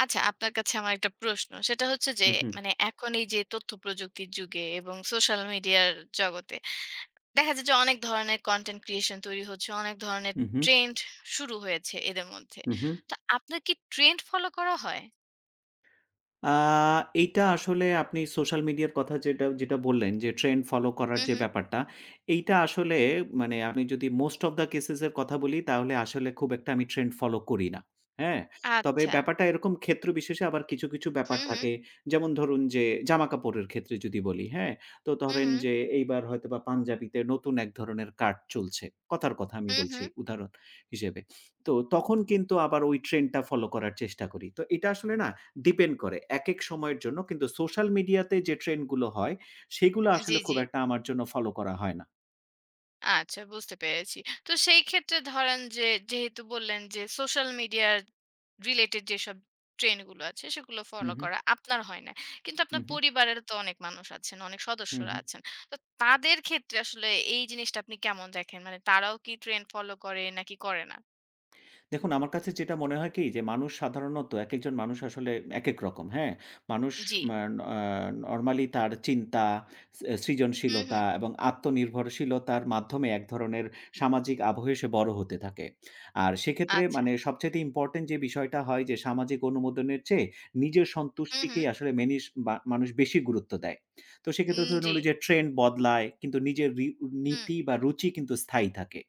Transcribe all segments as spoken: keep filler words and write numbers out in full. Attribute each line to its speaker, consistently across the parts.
Speaker 1: আচ্ছা, আপনার কাছে আমার একটা প্রশ্ন। সেটা হচ্ছে যে
Speaker 2: হম,
Speaker 1: মানে এখন এই যে তথ্য প্রযুক্তির যুগে এবং সোশ্যাল মিডিয়ার জগতে দেখা যায় যে অনেক ধরনের কনটেন্ট ক্রিয়েশন তৈরি হচ্ছে, অনেক ধরনের
Speaker 2: হম,
Speaker 1: ট্রেন্ড শুরু হয়েছে এদের মধ্যে।
Speaker 2: হম
Speaker 1: তো আপনার কি ট্রেন্ড ফলো করা হয়?
Speaker 2: আ এইটা আসলে আপনি সোশ্যাল মিডিয়ার কথা যেটা, যেটা বললেন যে ট্রেন্ড ফলো করার
Speaker 1: হু,
Speaker 2: যে
Speaker 1: হু।
Speaker 2: ব্যাপারটা, এইটা আসলে মানে আমি যদি মোস্ট অফ দ্যা কেসেস এর কথা বলি তাহলে আসলে খুব একটা আমি ট্রেন্ড ফলো করি না। হ্যাঁ? তবে
Speaker 1: আচ্ছা।
Speaker 2: ব্যাপারটা এরকম ক্ষেত্র বিশেষে আবার কিছু, কিছু
Speaker 1: হু,
Speaker 2: ব্যাপার
Speaker 1: হু।
Speaker 2: থাকে। যেমন ধরুন যে জামাকাপড়ের ক্ষেত্রে যদি বলি, হ্যাঁ? তো
Speaker 1: হু,
Speaker 2: ধরেন
Speaker 1: হু।
Speaker 2: যে এইবার হয়তোবা পাঞ্জাবিতে নতুন এক ধরনের কাট চলছে। কথার কথা আমি
Speaker 1: হু, হু।
Speaker 2: বলছি উদাহরণ হিসেবে। তো তখন কিন্তু আবার ওই ট্রেন্ডটা ফলো করার চেষ্টা করি। তো এটা আসলে না ডিপেন্ড করে। একেক সময়ের জন্য কিন্তু সোশ্যাল মিডিয়াতে যে ট্রেন্ড গুলো হয়, সেগুলো
Speaker 1: জি,
Speaker 2: আসলে
Speaker 1: জি।
Speaker 2: খুব একটা আমার জন্য ফলো করা হয় না।
Speaker 1: আচ্ছা, বুঝতে পেরেছি। তো সেই ক্ষেত্রে ধরেন যে, যেহেতু বললেন যে সোশ্যাল মিডিয়ার রিলেটেড যেসব ট্রেন্ড গুলো আছে সেগুলো
Speaker 2: হু,
Speaker 1: ফলো
Speaker 2: হু,
Speaker 1: করা আপনার হয় না। কিন্তু
Speaker 2: হু,
Speaker 1: আপনার
Speaker 2: হু,
Speaker 1: পরিবারের তো অনেক মানুষ আছেন, অনেক
Speaker 2: হু,
Speaker 1: সদস্যরা
Speaker 2: হু।
Speaker 1: আছেন। তো তাদের ক্ষেত্রে আসলে এই জিনিসটা আপনি কেমন দেখেন? মানে তারাও কি ট্রেন্ড ফলো করে নাকি করে না?
Speaker 2: দেখুন, আমার কাছে যেটা মনে হয় কি যে মানুষ সাধারণত একেকজন মানুষ আসলে একেক রকম, হ্যাঁ? মানুষ
Speaker 1: জি।
Speaker 2: মান আ নরমালি তার চিন্তা, সে
Speaker 1: হুম, হুম।
Speaker 2: সৃজনশীলতা এবং আত্মনির্ভরশীলতার মাধ্যমে এক ধরনের সামাজিক আবহে সে বড় হতে থাকে। আর সেক্ষেত্রে
Speaker 1: আচ্ছা।
Speaker 2: মানে সবচাইতে ইম্পোর্টেন্ট যে বিষয়টা হয় যে সামাজিক অনুমোদনের চেয়ে নিজের
Speaker 1: হুম, হুম।
Speaker 2: সন্তুষ্টিকেই আসলে মেনিস বা মানুষ বেশি গুরুত্ব দেয়। তো সেক্ষেত্রে
Speaker 1: উম
Speaker 2: ধরুন
Speaker 1: জি।
Speaker 2: ওই যে ট্রেন্ড বদলায় কিন্তু নিজের রি
Speaker 1: হুম।
Speaker 2: নীতি বা রুচি কিন্তু স্থায়ী থাকে।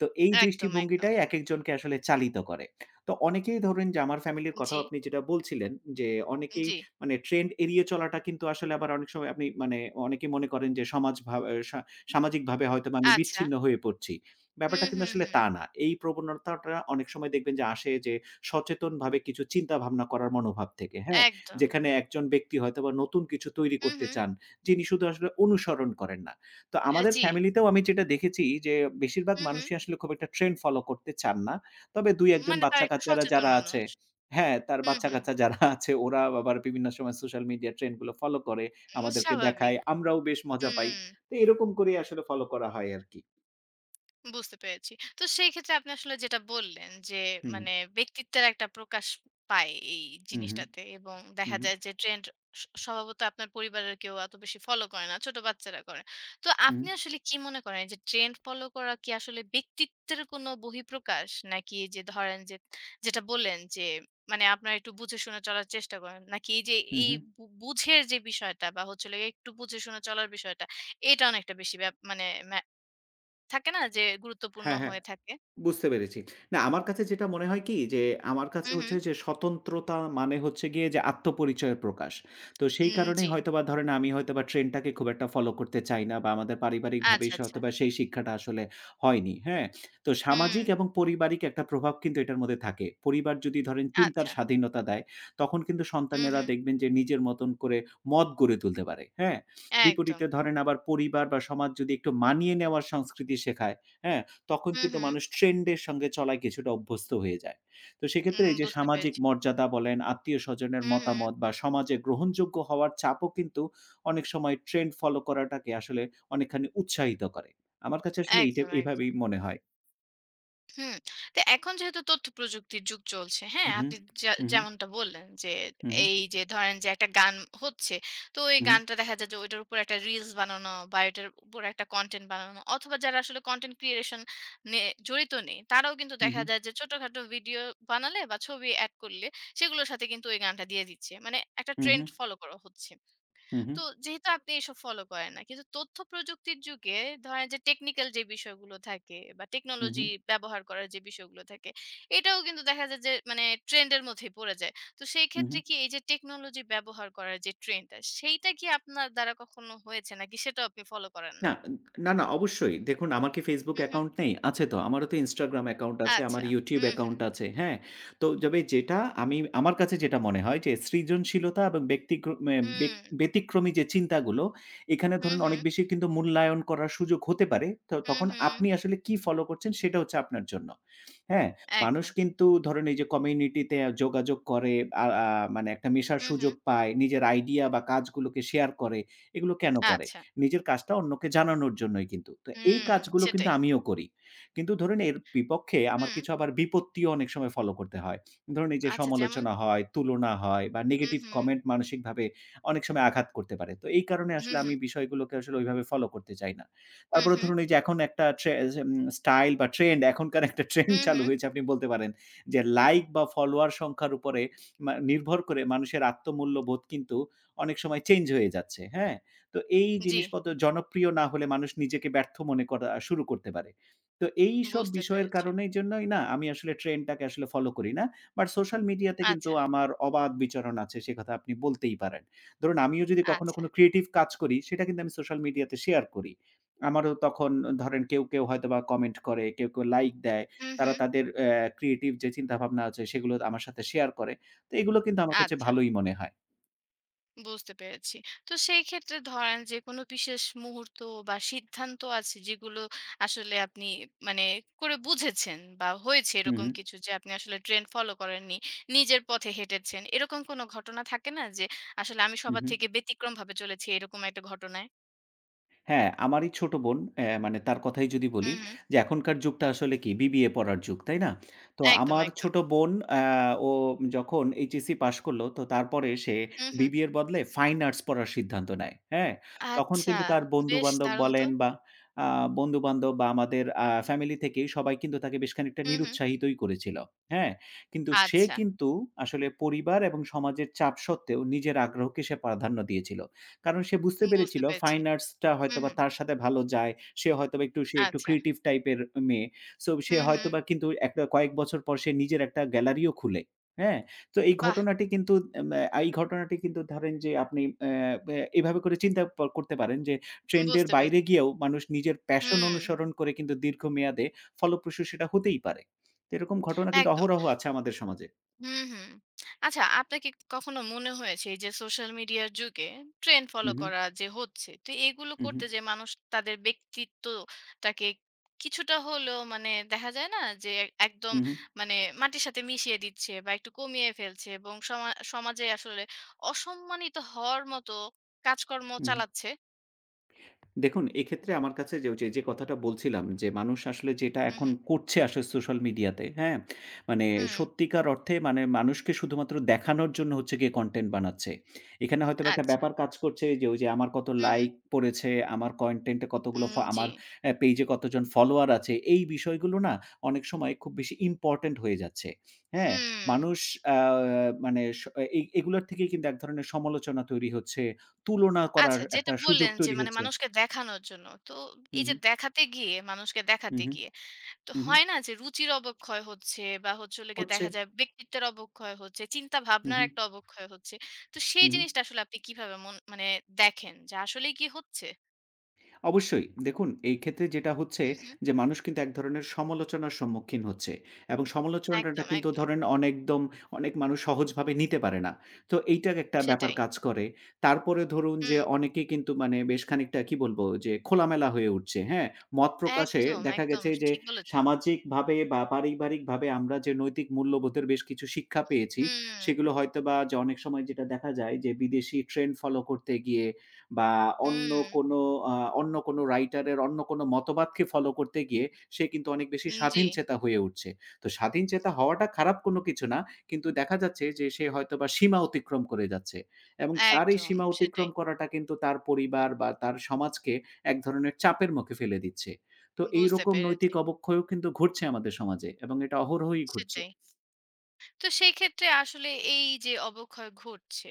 Speaker 2: তো এই
Speaker 1: একদম, একদম।
Speaker 2: দৃষ্টিভঙ্গিটাই একেকজনকে আসলে চালিত করে। তো অনেকেই ধরেন যে আমার ফ্যামিলির
Speaker 1: জি,
Speaker 2: কথাও আপনি যেটা বলছিলেন যে অনেকেই
Speaker 1: জি।
Speaker 2: মানে ট্রেন্ড এড়িয়ে চলাটা কিন্তু আসলে আবার অনেক সময় আপনি মানে অনেকে মনে করেন যে সমাজ ভা এ সা সামাজিকভাবে হয়তোবা আমি
Speaker 1: আচ্ছা।
Speaker 2: বিচ্ছিন্ন হয়ে পড়ছি।
Speaker 1: হুম,
Speaker 2: ব্যাপারটা কিন্তু
Speaker 1: হুম,
Speaker 2: আসলে
Speaker 1: হুম।
Speaker 2: তা না। এই প্রবণতাটা অনেক সময় দেখবেন যে আসে যে সচেতনভাবে কিছু চিন্তাভাবনা করার মনোভাব থেকে, হ্যাঁ?
Speaker 1: একদম।
Speaker 2: যেখানে একজন ব্যক্তি হয়তোবা নতুন কিছু তৈরি
Speaker 1: হুম,
Speaker 2: করতে
Speaker 1: হুম।
Speaker 2: চান, যিনি শুধু আসলে অনুসরণ করেন না। তো
Speaker 1: অ্যা
Speaker 2: আমাদের
Speaker 1: জি।
Speaker 2: ফ্যামিলিতেও আমি যেটা দেখেছি যে, বেশিরভাগ
Speaker 1: হুম, হুম।
Speaker 2: মানুষই আসলে খুব একটা ট্রেন্ড ফলো করতে চান না। তবে দুই-এক জন
Speaker 1: মানে তারা একটু
Speaker 2: বাচ্চা-কাচ্চারা
Speaker 1: সচেতন
Speaker 2: যারা
Speaker 1: মানুষ।
Speaker 2: আছে হ্যাঁ, তার
Speaker 1: হুম, হুম।
Speaker 2: বাচ্চা-কাচ্চা যারা আছে ওরা আবার বিভিন্ন সময় সোশ্যাল মিডিয়া ট্রেন্ড গুলো ফলো করে, আমাদেরকে
Speaker 1: স্বাভাবিক।
Speaker 2: দেখায়। আমরাও বেশ মজা পাই।
Speaker 1: হুম।
Speaker 2: তো এরকম করেই আসলে ফলো করা হয় আরকি।
Speaker 1: বুঝতে পেরেছি। তো সেই ক্ষেত্রে আপনি আসলে যেটা বললেন যে,
Speaker 2: হুম,
Speaker 1: মানে ব্যক্তিত্বের একটা প্রকাশ পায় এই
Speaker 2: হুম, হুম,
Speaker 1: জিনিসটাতে এবং দেখা
Speaker 2: হুম,
Speaker 1: যায় যে ট্রেন্ড স স্বভাবত আপনার পরিবারের কেউ এত বেশি ফলো করে না। ছোট বাচ্চারা করে। তো
Speaker 2: হুম,
Speaker 1: আপনি আসলে কি মনে করেন যে ট্রেন্ড ফলো করা কি আসলে ব্যক্তিত্বের কোনো বহিঃপ্রকাশ? নাকি এই যে ধরেন যে যেটা বললেন যে মানে আপনারা একটু বুঝে শুনে চলার চেষ্টা করেন। নাকি এই যে
Speaker 2: হুম, হুম,
Speaker 1: এই
Speaker 2: হুম।
Speaker 1: বু বুঝের যে বিষয়টা বা হচ্ছে হলো গিয়ে একটু বুঝে শুনে চলার বিষয়টা এটা অনেকটা বেশি ব্যাপ মানে ম্যা থাকে না যে গুরুত্বপূর্ণ
Speaker 2: হ্যাঁ, হ্যাঁ।
Speaker 1: হয়ে থাকে।
Speaker 2: বুঝতে পেরেছি। না আমার কাছে যেটা মনে হয় কি যে, আমার কাছে
Speaker 1: হু, হু।
Speaker 2: হচ্ছে যে স্বতন্ত্রতা মানে হচ্ছে গিয়ে যে আত্মপরিচয়ের প্রকাশ। তো সেই
Speaker 1: উম
Speaker 2: কারণেই
Speaker 1: জি।
Speaker 2: হয়তোবা ধরেন আমি হয়তোবা ট্রেন্ডটাকে খুব একটা ফলো করতে চাই না বা আমাদের পারিবারিকভাবেই
Speaker 1: আচ্ছা,
Speaker 2: স
Speaker 1: আচ্ছা।
Speaker 2: হয়তোবা সেই শিক্ষাটা আসলে হয়নি। হ্যাঁ? তো
Speaker 1: হুম,
Speaker 2: সামাজিক এবং পারিবারিক একটা প্রভাব কিন্তু এটার মধ্যে থাকে। পরিবার যদি ধরেন চিন্তার
Speaker 1: আচ্ছা।
Speaker 2: স্বাধীনতা দেয়, তখন কিন্তু
Speaker 1: হু,
Speaker 2: সন্তানেরা
Speaker 1: হু।
Speaker 2: দেখবেন যে নিজের মতন করে মত গড়ে তুলতে পারে। হ্যাঁ?
Speaker 1: একদম।
Speaker 2: বিপরীতে ধরেন আবার পরিবার বা সমাজ যদি একটু মানিয়ে নেওয়ার সংস্কৃতি শেখায়, হ্যাঁ? তখন
Speaker 1: হু,
Speaker 2: কিন্তু
Speaker 1: হু।
Speaker 2: মানুষ ট্রেন্ড এর সঙ্গে চলায় কিছুটা অভ্যস্ত হয়ে যায়। তো সেক্ষেত্রে
Speaker 1: উম
Speaker 2: এই যে
Speaker 1: বুঝতে
Speaker 2: সামাজিক
Speaker 1: পেরেছি।
Speaker 2: মর্যাদা বলেন, আত্মীয়স্বজনের
Speaker 1: হু, হু।
Speaker 2: মতামত বা সমাজে গ্রহণযোগ্য হওয়ার চাপও কিন্তু অনেক সময় ট্রেন্ড ফলো করাটাকে আসলে অনেকখানি উৎসাহিত করে। আমার কাছে আসলে এইটা
Speaker 1: একদম, একদম।
Speaker 2: এইভাবেই মনে হয়।
Speaker 1: হুম। তো এখন যেহেতু তথ্য প্রযুক্তির যুগ চলছে, হ্যাঁ?
Speaker 2: উহু,
Speaker 1: আপনি যে
Speaker 2: উহু,
Speaker 1: যেমনটা বললেন যে,
Speaker 2: উহু,
Speaker 1: এই যে ধরেন যে একটা গান হচ্ছে, তো এই
Speaker 2: উহু,
Speaker 1: গানটা দেখা যায় যে ওইটার উপর একটা রিলস বানানো বা এটার উপর একটা কনটেন্ট বানানো অথবা যারা আসলে কনটেন্ট ক্রিয়েশন নিয়ে জড়িত নেই, তারাও কিন্তু দেখা
Speaker 2: উহু,
Speaker 1: যায় যে ছোটখাটো ভিডিও বানালে বা ছবি এড করলে সেগুলোর সাথে কিন্তু ওই গানটা দিয়ে দিচ্ছে। মানে একটা
Speaker 2: উহু,
Speaker 1: ট্রেন্ড ফলো করা হচ্ছে।
Speaker 2: উহু,
Speaker 1: তো যেহেতু আপনি এসব ফলো করেন না। কিন্তু তথ্য প্রযুক্তির যুগে ধরেন যে টেকনিক্যাল যে বিষয়গুলো থাকে বা
Speaker 2: উহু,
Speaker 1: টেকনোলজি ব্যবহার করার যে বিষয়গুলো থাকে, এটাও কিন্তু দেখা যায় যে মানে ট্রেন্ড এর মধ্যেই পড়ে যায়। তো সেই
Speaker 2: উহু।
Speaker 1: ক্ষেত্রে কি এই যে টেকনোলজি ব্যবহার করার যে ট্রেন্ডটা, সেইটা কি আপনার দ্বারা কখনো হয়েছে নাকি সেটাও আপনি ফলো করেন না?
Speaker 2: না, না, না অবশ্যই। দেখুন আমার কি Facebook
Speaker 1: হুম, হুম।
Speaker 2: অ্যাকাউন্ট নেই? আছে তো। আমারও তো Instagram অ্যাকাউন্ট আছে, আমার
Speaker 1: আচ্ছা।
Speaker 2: YouTube
Speaker 1: হুম, হুম।
Speaker 2: অ্যাকাউন্ট আছে, হ্যাঁ? তো তবে যেটা আমি আমার কাছে যেটা মনে হয় যে সৃজনশীলতা এবং ব্যক্তিক্র মে
Speaker 1: হুম।
Speaker 2: বেক ব্যতিক্রমী যে চিন্তাগুলো, এখানে
Speaker 1: হুম,
Speaker 2: ধরুন
Speaker 1: হুম।
Speaker 2: অনেক বেশি কিন্তু মূল্যায়ন করার সুযোগ হতে পারে। তো
Speaker 1: হুম,
Speaker 2: তখন
Speaker 1: হুম।
Speaker 2: আপনি আসলে কি ফলো করছেন সেটা হচ্ছে আপনার জন্য। হ্যাঁ? মানুষ
Speaker 1: একদম।
Speaker 2: কিন্তু ধরেন এই যে কমিউনিটিতে যোগাযোগ করে আ আ মানে একটা মেশার
Speaker 1: হুম, হুম।
Speaker 2: সুযোগ পায়, নিজের আইডিয়া বা কাজগুলোকে শেয়ার করে। এগুলো কেন করে?
Speaker 1: আচ্ছা।
Speaker 2: নিজের কাজটা অন্যকে জানানোর জন্যই কিন্তু। তো এই
Speaker 1: হুম,
Speaker 2: কাজগুলো কিন্তু
Speaker 1: সেটাই।
Speaker 2: আমিও করি। কিন্তু ধরুন এর বিপক্ষে আমার
Speaker 1: হুম।
Speaker 2: কিছু আবার বিপত্তিও অনেক সময় ফলো করতে হয়। ধরুন এই যে
Speaker 1: আচ্ছা, যেমন?
Speaker 2: সমালোচনা হয়, তুলনা হয় বা
Speaker 1: হুম,
Speaker 2: নেগেটিভ
Speaker 1: হুম।
Speaker 2: কমেন্ট মানসিকভাবে অনেক সময় আঘাত করতে পারে। তো এই কারণে
Speaker 1: হুম,
Speaker 2: আসলে
Speaker 1: হুম।
Speaker 2: আমি বিষয়গুলোকে আসলে ওইভাবে ফলো করতে চাই না।
Speaker 1: হুম,
Speaker 2: তারপরে
Speaker 1: হুম।
Speaker 2: ধরুন এই যে এখন একটা ট্রে এম স্টাইল বা ট্রেন্ড এখনকার একটা ট্রেন্ড
Speaker 1: হুম,
Speaker 2: চালু
Speaker 1: হুম।
Speaker 2: হয়েছে আপনি বলতে পারেন যে লাইক বা ফলোয়ার সংখ্যার উপরে মা নির্ভর করে মানুষের আত্মমূল্যবোধ কিন্তু অনেক সময় চেঞ্জ হয়ে যাচ্ছে। হ্যাঁ? তো এই
Speaker 1: জি,
Speaker 2: জিনিসপত্র জনপ্রিয় না হলে মানুষ নিজেকে ব্যর্থ মনে করা শুরু করতে পারে। তো এইসব
Speaker 1: বুঝতে
Speaker 2: বিষয়ের
Speaker 1: পেরেছি।
Speaker 2: কারণের জন্যই না আমি আসলে ট্রেন্ডটাকে আসলে ফলো করি না। বাট সোশ্যাল মিডিয়াতে কিন্তু
Speaker 1: আচ্ছা,
Speaker 2: আমার অবাধ বিচরণ আছে সে কথা আপনি বলতেই পারেন। ধরুন আমিও যদি কখনো
Speaker 1: আচ্ছা।
Speaker 2: কোনো ক্রিয়েটিভ কাজ করি সেটা কিন্তু আমি সোশ্যাল মিডিয়াতে শেয়ার করি। আমারও তখন ধরেন কেউ, কেউ হয়তোবা কমেন্ট করে, কেউ, কেউ লাইক দেয়।
Speaker 1: হু, হু।
Speaker 2: তারা তাদের অ্যা ক্রিয়েটিভ যে চিন্তাভাবনা আছে সেগুলো আমার সাথে শেয়ার করে। তো এগুলো কিন্তু আমার কাছে
Speaker 1: আচ্ছা,
Speaker 2: ভালোই মনে হয়।
Speaker 1: বুঝতে পেরেছি। তো সেই ক্ষেত্রে ধরেন যে কোনো বিশেষ মুহূর্ত বা সিদ্ধান্ত আছে যেগুলো আসলে আপনি মানে করে বুঝেছেন বা হয়েছে
Speaker 2: হু,
Speaker 1: এরকম
Speaker 2: হু,
Speaker 1: কিছু যে আপনি আসলে ট্রেন্ড ফলো করেননি, নিজের পথে হেঁটেছেন। এরকম কোনো ঘটনা থাকে না যে আসলে আমি
Speaker 2: হু,
Speaker 1: সবার
Speaker 2: হু।
Speaker 1: থেকে ব্যতিক্রমভাবে চলেছি এরকম একটা ঘটনায়?
Speaker 2: হ্যাঁ, আমারই ছোট বোন অ্যা মানে তার কথাই যদি
Speaker 1: হু,
Speaker 2: বলি
Speaker 1: হু।
Speaker 2: যে এখনকার যুগটা আসলে কি বিবিএ পড়ার যুগ, তাই না? তো
Speaker 1: একদম,
Speaker 2: আমার
Speaker 1: একদম।
Speaker 2: ছোট বোন অ্যা ও যখন এইচএসসি পাস করল তো তারপরে সে
Speaker 1: হু, হু।
Speaker 2: বিবিএ এর বদলে ফাইন আর্টস পড়ার সিদ্ধান্ত নেয়। হ্যাঁ? তখন
Speaker 1: আচ্ছা,
Speaker 2: কিন্তু তার
Speaker 1: বেশ
Speaker 2: বন্ধু-বান্ধব
Speaker 1: দারুণ তো।
Speaker 2: বলেন বা আ বন্ধু-বান্ধব বা আমাদের আ ফ্যামিলি থেকেই সবাই কিন্তু তাকে বেশ খানিকটা
Speaker 1: হু, হু।
Speaker 2: নিরুৎসাহিতই করেছিল। হ্যাঁ? কিন্তু সে
Speaker 1: আচ্ছা,
Speaker 2: কিন্তু আসলে পরিবার এবং সমাজের চাপ সত্ত্বেও নিজের আগ্রহকে সে প্রাধান্য দিয়েছিল। কারণ সে বুঝতে
Speaker 1: বুঝতে
Speaker 2: পেরেছিল
Speaker 1: পেরেছি।
Speaker 2: ফাইন আর্টসটা
Speaker 1: হু,
Speaker 2: হয়তোবা
Speaker 1: হু।
Speaker 2: তার সাথে ভালো যায়। সে হয়তোবা একটু সে একটু
Speaker 1: আচ্ছা।
Speaker 2: ক্রিয়েটিভ টাইপের মেয়ে। সো সে
Speaker 1: হুম, হুম।
Speaker 2: হয়তোবা কিন্তু একটা কয়েক বছর পর সে নিজের একটা গ্যালারিও খুলে। হ্যাঁ? তো এই
Speaker 1: বাহ!
Speaker 2: ঘটনাটি কিন্তু এম আ এই ঘটনাটি কিন্তু ধরেন যে আপনি অ্যা ব্যা এভাবে করে চিন্তা প করতে পারেন যে ট্রেন্ড এর
Speaker 1: বুঝতে
Speaker 2: বাইরে
Speaker 1: পেরেছি।
Speaker 2: গিয়েও মানুষ নিজের প্যাশন
Speaker 1: হুম,
Speaker 2: অনুসরণ করে কিন্তু দীর্ঘমেয়াদে ফলপ্রসূ সেটা হতেই পারে। তো এরকম ঘটনা কিন্তু
Speaker 1: একদম।
Speaker 2: অহরহ আছে আমাদের সমাজে।
Speaker 1: হুম, হুম। আচ্ছা, আপনার কি কখনো মনে হয়েছে এই যে সোশ্যাল মিডিয়ার যুগে ট্রেন্ড
Speaker 2: হু,
Speaker 1: ফলো
Speaker 2: হু,
Speaker 1: করা যে হচ্ছে, তো এগুলো
Speaker 2: হু, হু,
Speaker 1: করতে যেয়ে মানুষ তাদের ব্যক্তিত্বটাকে কিছুটা হলেও মানে দেখা যায় না যে একদম
Speaker 2: হু, হু,
Speaker 1: মানে মাটির সাথে মিশিয়ে দিচ্ছে বা একটু কমিয়ে ফেলছে এবং সমা সমাজে আসলে অসম্মানিত হওয়ার মতো কাজকর্ম
Speaker 2: হু।
Speaker 1: চালাচ্ছে।
Speaker 2: দেখুন, এক্ষেত্রে আমার কাছে যে ওই যে, যে কথাটা বলছিলাম যে, মানুষ আসলে যেটা
Speaker 1: হুম,
Speaker 2: এখন
Speaker 1: হুম,
Speaker 2: করছে আসলে সোশ্যাল মিডিয়াতে, হ্যাঁ? মানে
Speaker 1: হুম।
Speaker 2: সত্যিকার অর্থে মানে মানুষকে শুধুমাত্র দেখানোর জন্য হচ্ছে গিয়ে কনটেন্ট বানাচ্ছে। এখানে হয়তোবা একটা
Speaker 1: আচ্ছা।
Speaker 2: ব্যাপার কাজ করছে যে, ওই যে, আমার কত
Speaker 1: হুম, হুম।
Speaker 2: লাইক পড়েছে, আমার কনটেন্ট এ কতগুলো
Speaker 1: উম
Speaker 2: ফ
Speaker 1: জি।
Speaker 2: আমার অ্যা পেইজে কতজন ফলোয়ার আছে। এই বিষয়গুলো না অনেক সময় খুব বেশি ইম্পোর্টেন্ট হয়ে যাচ্ছে, হ্যাঁ?
Speaker 1: হুম।
Speaker 2: মানুষ আ মানে স এই এগুলোর থেকেই কিন্তু এক ধরনের সমালোচনা তৈরি হচ্ছে, তুলনা করার
Speaker 1: আচ্ছা, যেটা
Speaker 2: একটা সুযোগ
Speaker 1: বললেন যে
Speaker 2: তৈরি
Speaker 1: মানে
Speaker 2: হচ্ছে।
Speaker 1: মানুষকে দেখানোর জন্য। তো
Speaker 2: হু,
Speaker 1: এই
Speaker 2: হু,
Speaker 1: যে দেখাতে গিয়ে, মানুষকে
Speaker 2: হু,
Speaker 1: দেখাতে
Speaker 2: হু,
Speaker 1: গিয়ে তো
Speaker 2: হু, হু।
Speaker 1: হয় না যে রুচির অবক্ষয় হচ্ছে বা হচ্ছে হলো গিয়ে
Speaker 2: হচ্ছে।
Speaker 1: দেখা যায় ব্যক্তিত্বের অবক্ষয় হচ্ছে, চিন্তা
Speaker 2: হু,
Speaker 1: ভাবনার
Speaker 2: হু,
Speaker 1: একটা অবক্ষয় হচ্ছে। তো
Speaker 2: হু,
Speaker 1: সেই
Speaker 2: হু।
Speaker 1: জিনিসটা আসলে আপনি কিভাবে মন মানে দেখেন যে আসলেই কি হচ্ছে?
Speaker 2: অবশ্যই। দেখুন এই ক্ষেত্রে যেটা হচ্ছে
Speaker 1: হুম, হুম।
Speaker 2: যে মানুষ কিন্তু এক ধরনের সমালোচনার সম্মুখীন হচ্ছে এবং সমালোচনাটা
Speaker 1: একদম,
Speaker 2: কিন্তু
Speaker 1: একদম।
Speaker 2: ধরেন অনেকদম অনেক মানুষ সহজভাবে নিতে পারে না। তো এইটার একটা ব্যাপার
Speaker 1: সেটাই।
Speaker 2: কাজ করে। তারপরে ধরুন
Speaker 1: হুম।
Speaker 2: যে অনেকেই কিন্তু মানে বেশ খানিকটা কি বলবো যে খোলামেলা হয়ে উঠছে, হ্যাঁ? মত প্রকাশে
Speaker 1: একদম,
Speaker 2: দেখা
Speaker 1: একদম
Speaker 2: গেছে যে
Speaker 1: ঠিক বলেছেন।
Speaker 2: সামাজিকভাবে বা পারিবারিকভাবে আমরা যে নৈতিক মূল্যবোধের বেশ কিছু শিক্ষা পেয়েছি,
Speaker 1: হুম,
Speaker 2: সেগুলো হয়তোবা যে অনেক সময় যেটা দেখা যায় যে বিদেশি ট্রেন্ড ফলো করতে গিয়ে বা অন্য
Speaker 1: হুম।
Speaker 2: কোনো আ অন্য কোনো রাইটারের অন্য কোনো মতবাদকে ফলো করতে গিয়ে সে কিন্তু অনেক বেশি
Speaker 1: উম জি।
Speaker 2: স্বাধীনচেতা হয়ে উঠছে। তো স্বাধীনচেতা হওয়াটা খারাপ কোনো কিছু না। কিন্তু দেখা যাচ্ছে যে সে হয়তোবা সীমা অতিক্রম করে যাচ্ছে। এবং তার এই
Speaker 1: একদম
Speaker 2: সীমা
Speaker 1: সেটাই।
Speaker 2: অতিক্রম করাটা কিন্তু তার পরিবার বা তার সমাজকে এক ধরনের চাপের মুখে ফেলে দিচ্ছে। তো
Speaker 1: বুঝতে
Speaker 2: এইরকম
Speaker 1: পেরেছি।
Speaker 2: নৈতিক অবক্ষয়ও কিন্তু ঘটছে আমাদের সমাজে এবং এটা অহরহই ঘটছে।
Speaker 1: সেটাই। তো সেই ক্ষেত্রে আসলে এই যে অবক্ষয় ঘটছে,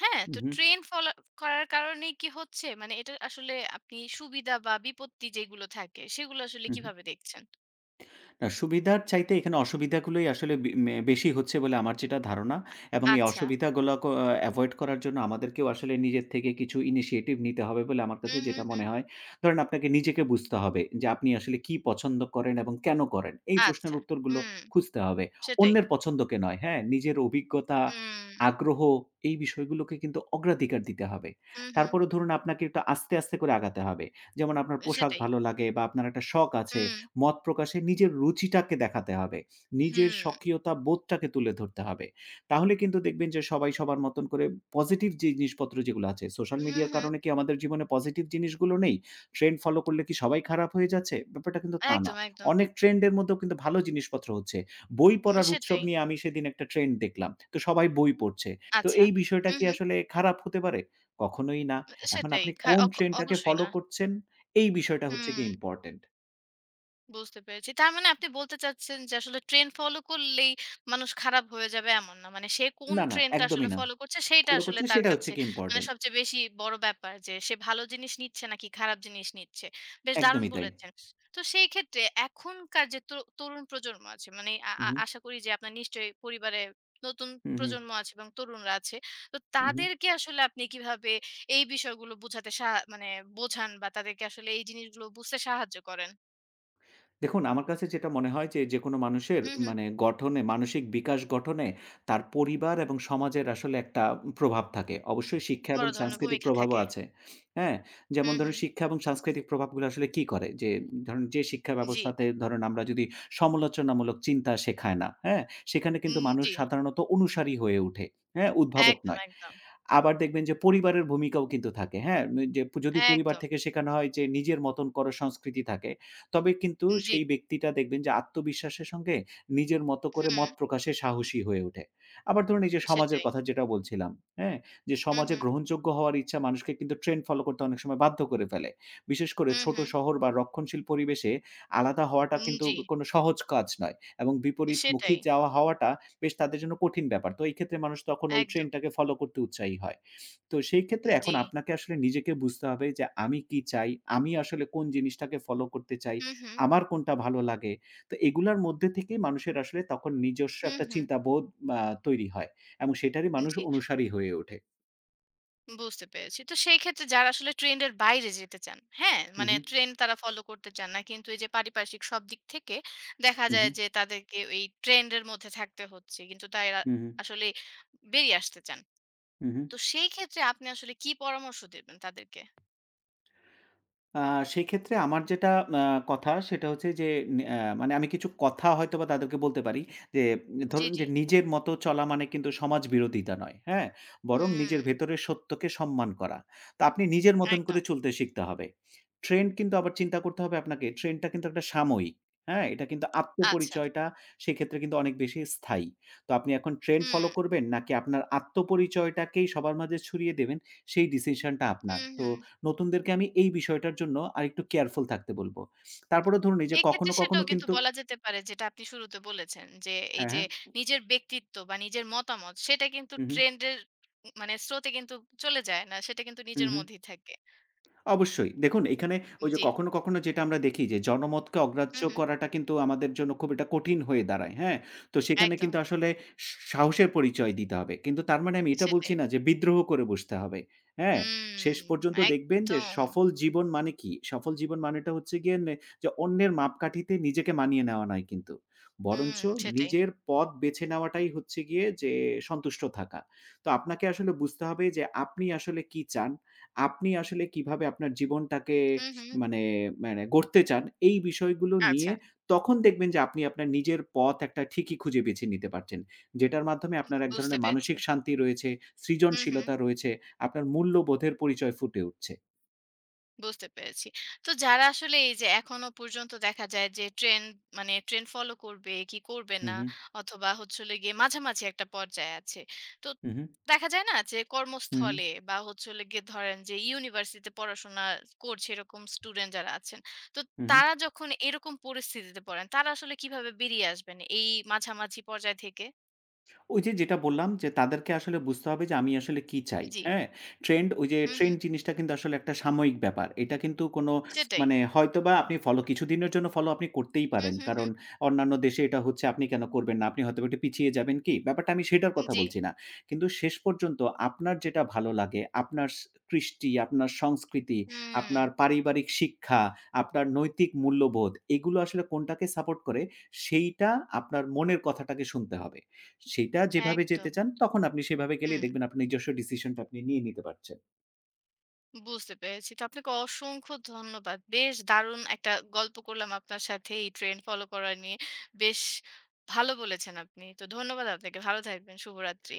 Speaker 1: হ্যাঁ?
Speaker 2: হু,
Speaker 1: তো
Speaker 2: হু,
Speaker 1: ট্রেন ফলা করার কারণে কি হচ্ছে? মানে এটা আসলে আপনি সুবিধা বা বিপত্তি যেগুলো থাকে সেগুলো আসলে
Speaker 2: হু, হু।
Speaker 1: কিভাবে দেখছেন?
Speaker 2: না, সুবিধার চাইতে এখানে অসুবিধাগুলোই আসলে বে মে বেশি হচ্ছে বলে আমার যেটা ধারণা এবং এই
Speaker 1: আচ্ছা।
Speaker 2: অসুবিধাগুলাকে আ এভয়েড করার জন্য আমাদেরকেও আসলে নিজের থেকে কিছু ইনিশিয়েটিভ নিতে হবে বলে আমার কাছে
Speaker 1: হুম, হুম,
Speaker 2: যেটা মনে
Speaker 1: হুম।
Speaker 2: হয়। ধরেন আপনাকে নিজেকে বুঝতে হবে যে আপনি আসলে কি পছন্দ করেন এবং কেন করেন? এই প্রশ্নের
Speaker 1: আচ্ছা।
Speaker 2: উত্তরগুলো
Speaker 1: হুম,
Speaker 2: খুঁজতে হবে।
Speaker 1: সেটাই।
Speaker 2: অন্যের পছন্দকে নয়, হ্যাঁ? নিজের অভিজ্ঞতা,
Speaker 1: হুম,
Speaker 2: আগ্রহ এই বিষয়গুলোকে কিন্তু অগ্রাধিকার দিতে হবে।
Speaker 1: হুম, হুম।
Speaker 2: তারপরেও ধরুন আপনাকে একটু আস্তে, আস্তে করে আগাতে হবে। যেমন আপনার পোশাক
Speaker 1: সেটাই।
Speaker 2: ভালো লাগে বা আপনার একটা শখ আছে
Speaker 1: হুম,
Speaker 2: মত প্রকাশে নিজের রুচিটাকে দেখাতে হবে। নিজের
Speaker 1: হুম,
Speaker 2: স্বকীয়তা বোধটাকে তুলে ধরতে হবে। তাহলে কিন্তু দেখবেন যে সবাই সবার মতন করে পজিটিভ যে জিনিসপত্র যেগুলো আছে, সোশ্যাল
Speaker 1: হুম,
Speaker 2: মিডিয়ার
Speaker 1: হুম।
Speaker 2: কারণে কি আমাদের জীবনে পজিটিভ জিনিসগুলো নেই? ট্রেন্ড ফলো করলে কি সবাই খারাপ হয়ে যাচ্ছে? ব্যাপারটা কিন্তু তা না।
Speaker 1: একদম, একদম।
Speaker 2: অনেক ট্রেন্ড এর মধ্যেও কিন্তু ভালো জিনিসপত্র হচ্ছে। বই পড়ার উৎসব
Speaker 1: সেটাই।
Speaker 2: নিয়ে আমি সেদিন একটা ট্রেন্ড দেখলাম। তো সবাই বই পড়ছে। তো
Speaker 1: আচ্ছা।
Speaker 2: এই বিষয়টা
Speaker 1: হুম,
Speaker 2: কি
Speaker 1: হুম।
Speaker 2: আসলে খারাপ হতে পারে? কখনোই না। এখন
Speaker 1: সেটাই।
Speaker 2: আপনি
Speaker 1: খা
Speaker 2: কোন
Speaker 1: অখ
Speaker 2: ট্রেন্ডটাকে
Speaker 1: অবশ্যই
Speaker 2: ফলো
Speaker 1: না।
Speaker 2: করছেন, এই বিষয়টা হচ্ছে
Speaker 1: হুম।
Speaker 2: গিয়ে ইম্পোর্টেন্ট।
Speaker 1: বুঝতে পেরেছি। তার মানে আপনি বলতে চাচ্ছেন যে আসলে ট্রেন্ড ফলো করলেই মানুষ খারাপ হয়ে যাবে এমন না। মানে সে কোন
Speaker 2: না, না,
Speaker 1: ট্রেন্ডটা আসলে
Speaker 2: একদমই না।
Speaker 1: ফলো করছে সেইটা
Speaker 2: ফলো
Speaker 1: আসলে
Speaker 2: করছে
Speaker 1: তার
Speaker 2: সেটা হচ্ছে
Speaker 1: কাছে
Speaker 2: কি
Speaker 1: মানে
Speaker 2: ইম্পোর্টেন্ট।
Speaker 1: সবচেয়ে বেশি বড় ব্যাপার যে সে ভালো জিনিস নিচ্ছে নাকি খারাপ জিনিস নিচ্ছে। বেশ দারুণ
Speaker 2: একদমই তাই।
Speaker 1: বলেছেন। তো সেই ক্ষেত্রে এখনকার যে তরু তরুণ প্রজন্ম আছে মানে আ আ
Speaker 2: উহু,
Speaker 1: আশা করি যে আপনার নিশ্চয়ই পরিবারে নতুন
Speaker 2: হুম, হুম,
Speaker 1: প্রজন্ম আছে এবং তরুণরা আছে। তো
Speaker 2: হুম, হুম।
Speaker 1: তাদেরকে আসলে আপনি কিভাবে এই বিষয়গুলো বোঝাতে সাহা মানে বোঝান বা তাদেরকে আসলে এই জিনিসগুলো বুঝতে সাহায্য করেন?
Speaker 2: দেখুন আমার কাছে যেটা মনে হয় যে, যেকোনো মানুষের
Speaker 1: হু, হু।
Speaker 2: মানে গঠনে, মানসিক বিকাশ গঠনে তার পরিবার এবং সমাজের আসলে একটা প্রভাব থাকে। অবশ্যই শিক্ষা
Speaker 1: বড়
Speaker 2: এবং
Speaker 1: ধরনের
Speaker 2: সাংস্কৃতিক
Speaker 1: ভূমিকা
Speaker 2: প্রভাবও
Speaker 1: থাকে।
Speaker 2: আছে। হ্যাঁ? যেমন
Speaker 1: হুম,
Speaker 2: ধরেন
Speaker 1: হুম।
Speaker 2: শিক্ষা এবং সাংস্কৃতিক প্রভাবগুলো আসলে কি করে? যে ধরেন যে শিক্ষা
Speaker 1: জি।
Speaker 2: ব্যবস্থাতে ধরেন আমরা যদি সমালোচনামূলক চিন্তা শেখায় না, হ্যাঁ? সেখানে কিন্তু
Speaker 1: উম
Speaker 2: মানুষ
Speaker 1: জি।
Speaker 2: সাধারণত অনুসারী হয়ে ওঠে। হ্যাঁ? উদ্ভাবক
Speaker 1: একদম,
Speaker 2: নয়।
Speaker 1: একদম,
Speaker 2: আবার দেখবেন যে পরিবারের ভূমিকাও কিন্তু থাকে, হ্যাঁ? উম, যে যদি পরিবার
Speaker 1: একদম।
Speaker 2: থেকে শেখানো হয় যে নিজের মতন করো সংস্কৃতি থাকে, তবে কিন্তু
Speaker 1: জি।
Speaker 2: সেই ব্যক্তিটা দেখবেন যে আত্মবিশ্বাসের সঙ্গে নিজের মতো করে
Speaker 1: হুম,
Speaker 2: মত প্রকাশে সাহসী হয়ে ওঠে। আবার ধরুন এই যে সমাজের
Speaker 1: সেটাই।
Speaker 2: কথা যেটা বলছিলাম, হ্যাঁ? যে
Speaker 1: হুম,
Speaker 2: সমাজে
Speaker 1: হুম।
Speaker 2: গ্রহণযোগ্য হওয়ার ইচ্ছা মানুষকে কিন্তু ট্রেন্ড ফলো করতে অনেক সময় বাধ্য করে ফেলে। বিশেষ করে
Speaker 1: হুম,
Speaker 2: ছোট
Speaker 1: হুম।
Speaker 2: শহর বা রক্ষণশীল পরিবেশে আলাদা হওয়াটা
Speaker 1: উম
Speaker 2: কিন্তু
Speaker 1: জি।
Speaker 2: কোনো সহজ কাজ নয় এবং বিপরীতমুখী
Speaker 1: সেটাই।
Speaker 2: যাওয়া হওয়াটা বেশ তাদের জন্য কঠিন ব্যাপার। তো এই ক্ষেত্রে মানুষ তখন ওই
Speaker 1: একদম।
Speaker 2: ট্রেন্ডটাকে ফলো করতে উৎসাহী হয়। তো সেই ক্ষেত্রে
Speaker 1: জি।
Speaker 2: এখন আপনাকে আসলে নিজেকে বুঝতে হবে যে আমি কি চাই? আমি আসলে কোন জিনিসটাকে ফলো করতে চাই?
Speaker 1: হুম, হুম।
Speaker 2: আমার কোনটা ভালো লাগে? তো এগুলার মধ্যে থেকেই মানুষের আসলে তখন নিজস্ব
Speaker 1: হুম,
Speaker 2: একটা
Speaker 1: হুম।
Speaker 2: চিন্তাবোধ আ তৈরি হয় এবং সেটারই মানুষ
Speaker 1: জি।
Speaker 2: অনুসারী হয়ে ওঠে।
Speaker 1: বুঝতে পেরেছি। তো সেই ক্ষেত্রে যারা আসলে ট্রেন্ড এর বাইরে যেতে চান, হ্যাঁ?
Speaker 2: হু,
Speaker 1: মানে
Speaker 2: হু,
Speaker 1: ট্রেন্ড তারা ফলো করতে চান না। কিন্তু এই যে পারিপার্শ্বিক সব দিক থেকে দেখা
Speaker 2: হু, হু,
Speaker 1: যায় যে তাদেরকে এই ট্রেন্ড এর মধ্যে থাকতে হচ্ছে। কিন্তু তারা
Speaker 2: হু,
Speaker 1: আসলে বেরিয়ে আসতে চান।
Speaker 2: হু, হু।
Speaker 1: তো সেই ক্ষেত্রে আপনি আসলে কি পরামর্শ দেবেন তাদেরকে?
Speaker 2: আ সেক্ষেত্রে আমার যেটা আ কথা সেটা হচ্ছে যে নে আ মানে আমি কিছু কথা হয়তোবা তাদেরকে বলতে পারি যে
Speaker 1: জি,
Speaker 2: ধরুন
Speaker 1: জি।
Speaker 2: যে নিজের মতো চলা মানে কিন্তু সমাজ বিরোধিতা নয়, হ্যাঁ? বরং
Speaker 1: হুম,
Speaker 2: নিজের ভেতরের সত্যকে সম্মান করা। তো আপনি নিজের মতন
Speaker 1: একদম।
Speaker 2: করে চলতে শিখতে হবে। ট্রেন্ড কিন্তু আবার চিন্তা করতে হবে আপনাকে, ট্রেন্ডটা কিন্তু একটা সাময়িক, হ্যাঁ? এটা কিন্তু
Speaker 1: আচ্ছা।
Speaker 2: আত্মপরিচয়টা সেক্ষেত্রে কিন্তু অনেক বেশি স্থায়ী। তো আপনি এখন ট্রেন্ড
Speaker 1: হুম,
Speaker 2: ফলো করবেন নাকি আপনার আত্মপরিচয়টাকেই সবার মাঝে ছড়িয়ে দেবেন সেই ডিসিশনটা আপনার।
Speaker 1: হুম,
Speaker 2: তো
Speaker 1: হুম।
Speaker 2: নতুনদেরকে আমি এই বিষয়টার জন্য আরেকটু কেয়ারফুল থাকতে বলব। তারপরে ধরুন এই যে
Speaker 1: এক্ষেত্রে
Speaker 2: কখনো, কখনো
Speaker 1: সেটাও কিন্তু
Speaker 2: কিন্তু
Speaker 1: বলা যেতে পারে যেটা আপনি শুরুতে বলেছেন যে, এই
Speaker 2: হ্যাঁ,
Speaker 1: যে
Speaker 2: হ্যাঁ।
Speaker 1: নিজের ব্যক্তিত্ব বা নিজের মতামত সেটা কিন্তু
Speaker 2: হু, হু।
Speaker 1: ট্রেন্ড এর উ মানে স্রোতে কিন্তু চলে যায় না। সেটা কিন্তু
Speaker 2: হু,
Speaker 1: নিজের
Speaker 2: হু।
Speaker 1: মধ্যেই থাকে।
Speaker 2: অবশ্যই। দেখুন এখানে ওই যে
Speaker 1: জি।
Speaker 2: কখনো, কখনো যেটা আমরা দেখি যে জনমতকে অগ্রাহ্য
Speaker 1: হুম, হুম।
Speaker 2: করাটা কিন্তু আমাদের জন্য খুব একটা কঠিন হয়ে দাঁড়ায়। হ্যাঁ? তো সেখানে
Speaker 1: একদম।
Speaker 2: কিন্তু আসলে স সাহসের পরিচয় দিতে হবে। কিন্তু তার মানে আমি এটা বলছি
Speaker 1: সেটাই।
Speaker 2: না যে বিদ্রোহ করে বসতে হবে। হ্যাঁ?
Speaker 1: হুম,
Speaker 2: শেষ পর্যন্ত দেখবেন যে
Speaker 1: একদম।
Speaker 2: সফল জীবন মানে কি? সফল জীবন মানেটা হচ্ছে গিয়ে নে যে অন্যের মাপকাঠিতে নিজেকে মানিয়ে নেওয়া নয় কিন্তু।
Speaker 1: হুম,
Speaker 2: বরঞ্চ
Speaker 1: সেটাই।
Speaker 2: নিজের পথ বেছে নেওয়াটাই হচ্ছে গিয়ে যে সন্তুষ্ট থাকা। তো আপনাকে আসলে বুঝতে হবে যে আপনি আসলে কি চান? আপনি আসলে কিভাবে আপনার জীবনটাকে
Speaker 1: হুম, হুম।
Speaker 2: মানে, মানে গড়তে চান এই বিষয়গুলো
Speaker 1: আচ্ছা।
Speaker 2: নিয়ে তখন দেখবেন যে আপনি আপনার নিজের পথ একটা ঠিকই খুঁজে বেছে নিতে পারছেন। যেটার মাধ্যমে আপনার এক
Speaker 1: বুঝতে
Speaker 2: ধরনের
Speaker 1: পেরেছি।
Speaker 2: মানসিক শান্তি রয়েছে,
Speaker 1: হুম, হুম।
Speaker 2: সৃজনশীলতা রয়েছে, আপনার মূল্যবোধের পরিচয় ফুটে উঠছে।
Speaker 1: বুঝতে পেরেছি। তো যারা আসলে এই যে এখনো পর্যন্ত দেখা যায় যে ট্রেন্ড মানে ট্রেন্ড ফলো করবে কি করবে
Speaker 2: হু,
Speaker 1: না
Speaker 2: হু,
Speaker 1: অথবা হচ্ছে হলো গিয়ে মাঝামাঝি একটা পর্যায়ে আছে। তো
Speaker 2: হু,
Speaker 1: দেখা যায় না যে
Speaker 2: হু,
Speaker 1: কর্মস্থলে বা হচ্ছে হলো গিয়ে ধরেন যে ইউনিভার্সিটিতে পড়াশোনা করছে এরকম স্টুডেন্ট যারা আছেন। তো
Speaker 2: হু, হু।
Speaker 1: তারা যখন এরকম পরিস্থিতিতে পড়েন তারা আসলে কিভাবে বেরিয়ে আসবেন এই মাঝামাঝি পর্যায় থেকে?
Speaker 2: ওই যে যেটা বললাম যে তাদেরকে আসলে বুঝতে হবে যে আমি আসলে কি চাই,
Speaker 1: জি।
Speaker 2: হ্যাঁ? ট্রেন্ড ওই যে
Speaker 1: হুম, হুম।
Speaker 2: ট্রেন্ড জিনিসটা কিন্তু আসলে একটা সাময়িক ব্যাপার। এটা কিন্তু কোনো
Speaker 1: সেটাই।
Speaker 2: মানে হয়তোবা আপনি ফলো কিছুদিনের জন্য ফলো আপনি করতেই
Speaker 1: হুম,
Speaker 2: পারেন।
Speaker 1: হুম,
Speaker 2: কারণ
Speaker 1: হুম।
Speaker 2: অন্যান্য দেশে এটা হচ্ছে আপনি কেন করবেন না? আপনি হয়তোবা একটু পিছিয়ে যাবেন কি? ব্যাপারটা আমি সেটার কথা
Speaker 1: জি।
Speaker 2: বলছি না। কিন্তু শেষ পর্যন্ত আপনার যেটা ভালো লাগে, আপনার স কৃষ্টি, আপনার সংস্কৃতি,
Speaker 1: হুম।
Speaker 2: আপনার পারিবারিক শিক্ষা, আপনার নৈতিক মূল্যবোধ এগুলো আসলে কোনটাকে সাপোর্ট করে সেইটা আপনার মনের কথাটাকে শুনতে হবে। সেটা যেভাবে যেতে
Speaker 1: একদম।
Speaker 2: চান, তখন আপনি সেভাবে গেলেই
Speaker 1: হুম।
Speaker 2: দেখবেন আপনার নিজস্ব ডিসিশনটা আপনি নিয়ে নিতে পারছেন।
Speaker 1: বুঝতে পেরেছি। তো আপনাকে অসংখ্য ধন্যবাদ। বেশ দারুণ একটা গল্প করলাম আপনার সাথে এই ট্রেন্ড ফলো করা নিয়ে। বেশ ভালো বলেছেন আপনি। তো ধন্যবাদ আপনাকে। ভালো থাকবেন। শুভরাত্রি।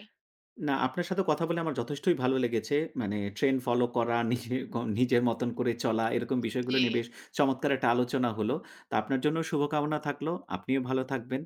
Speaker 2: না, আপনার সাথে কথা বলে আমার যথেষ্টই ভালো লেগেছে। মানে ট্রেন্ড ফলো করা, নিজে ক নিজের মতন করে চলা, এরকম বিষয়গুলো
Speaker 1: জি।
Speaker 2: নিয়ে বেশ চমৎকার একটা আলোচনা হলো। তো আপনার জন্য শুভকামনা থাকলো। আপনিও ভালো থাকবেন।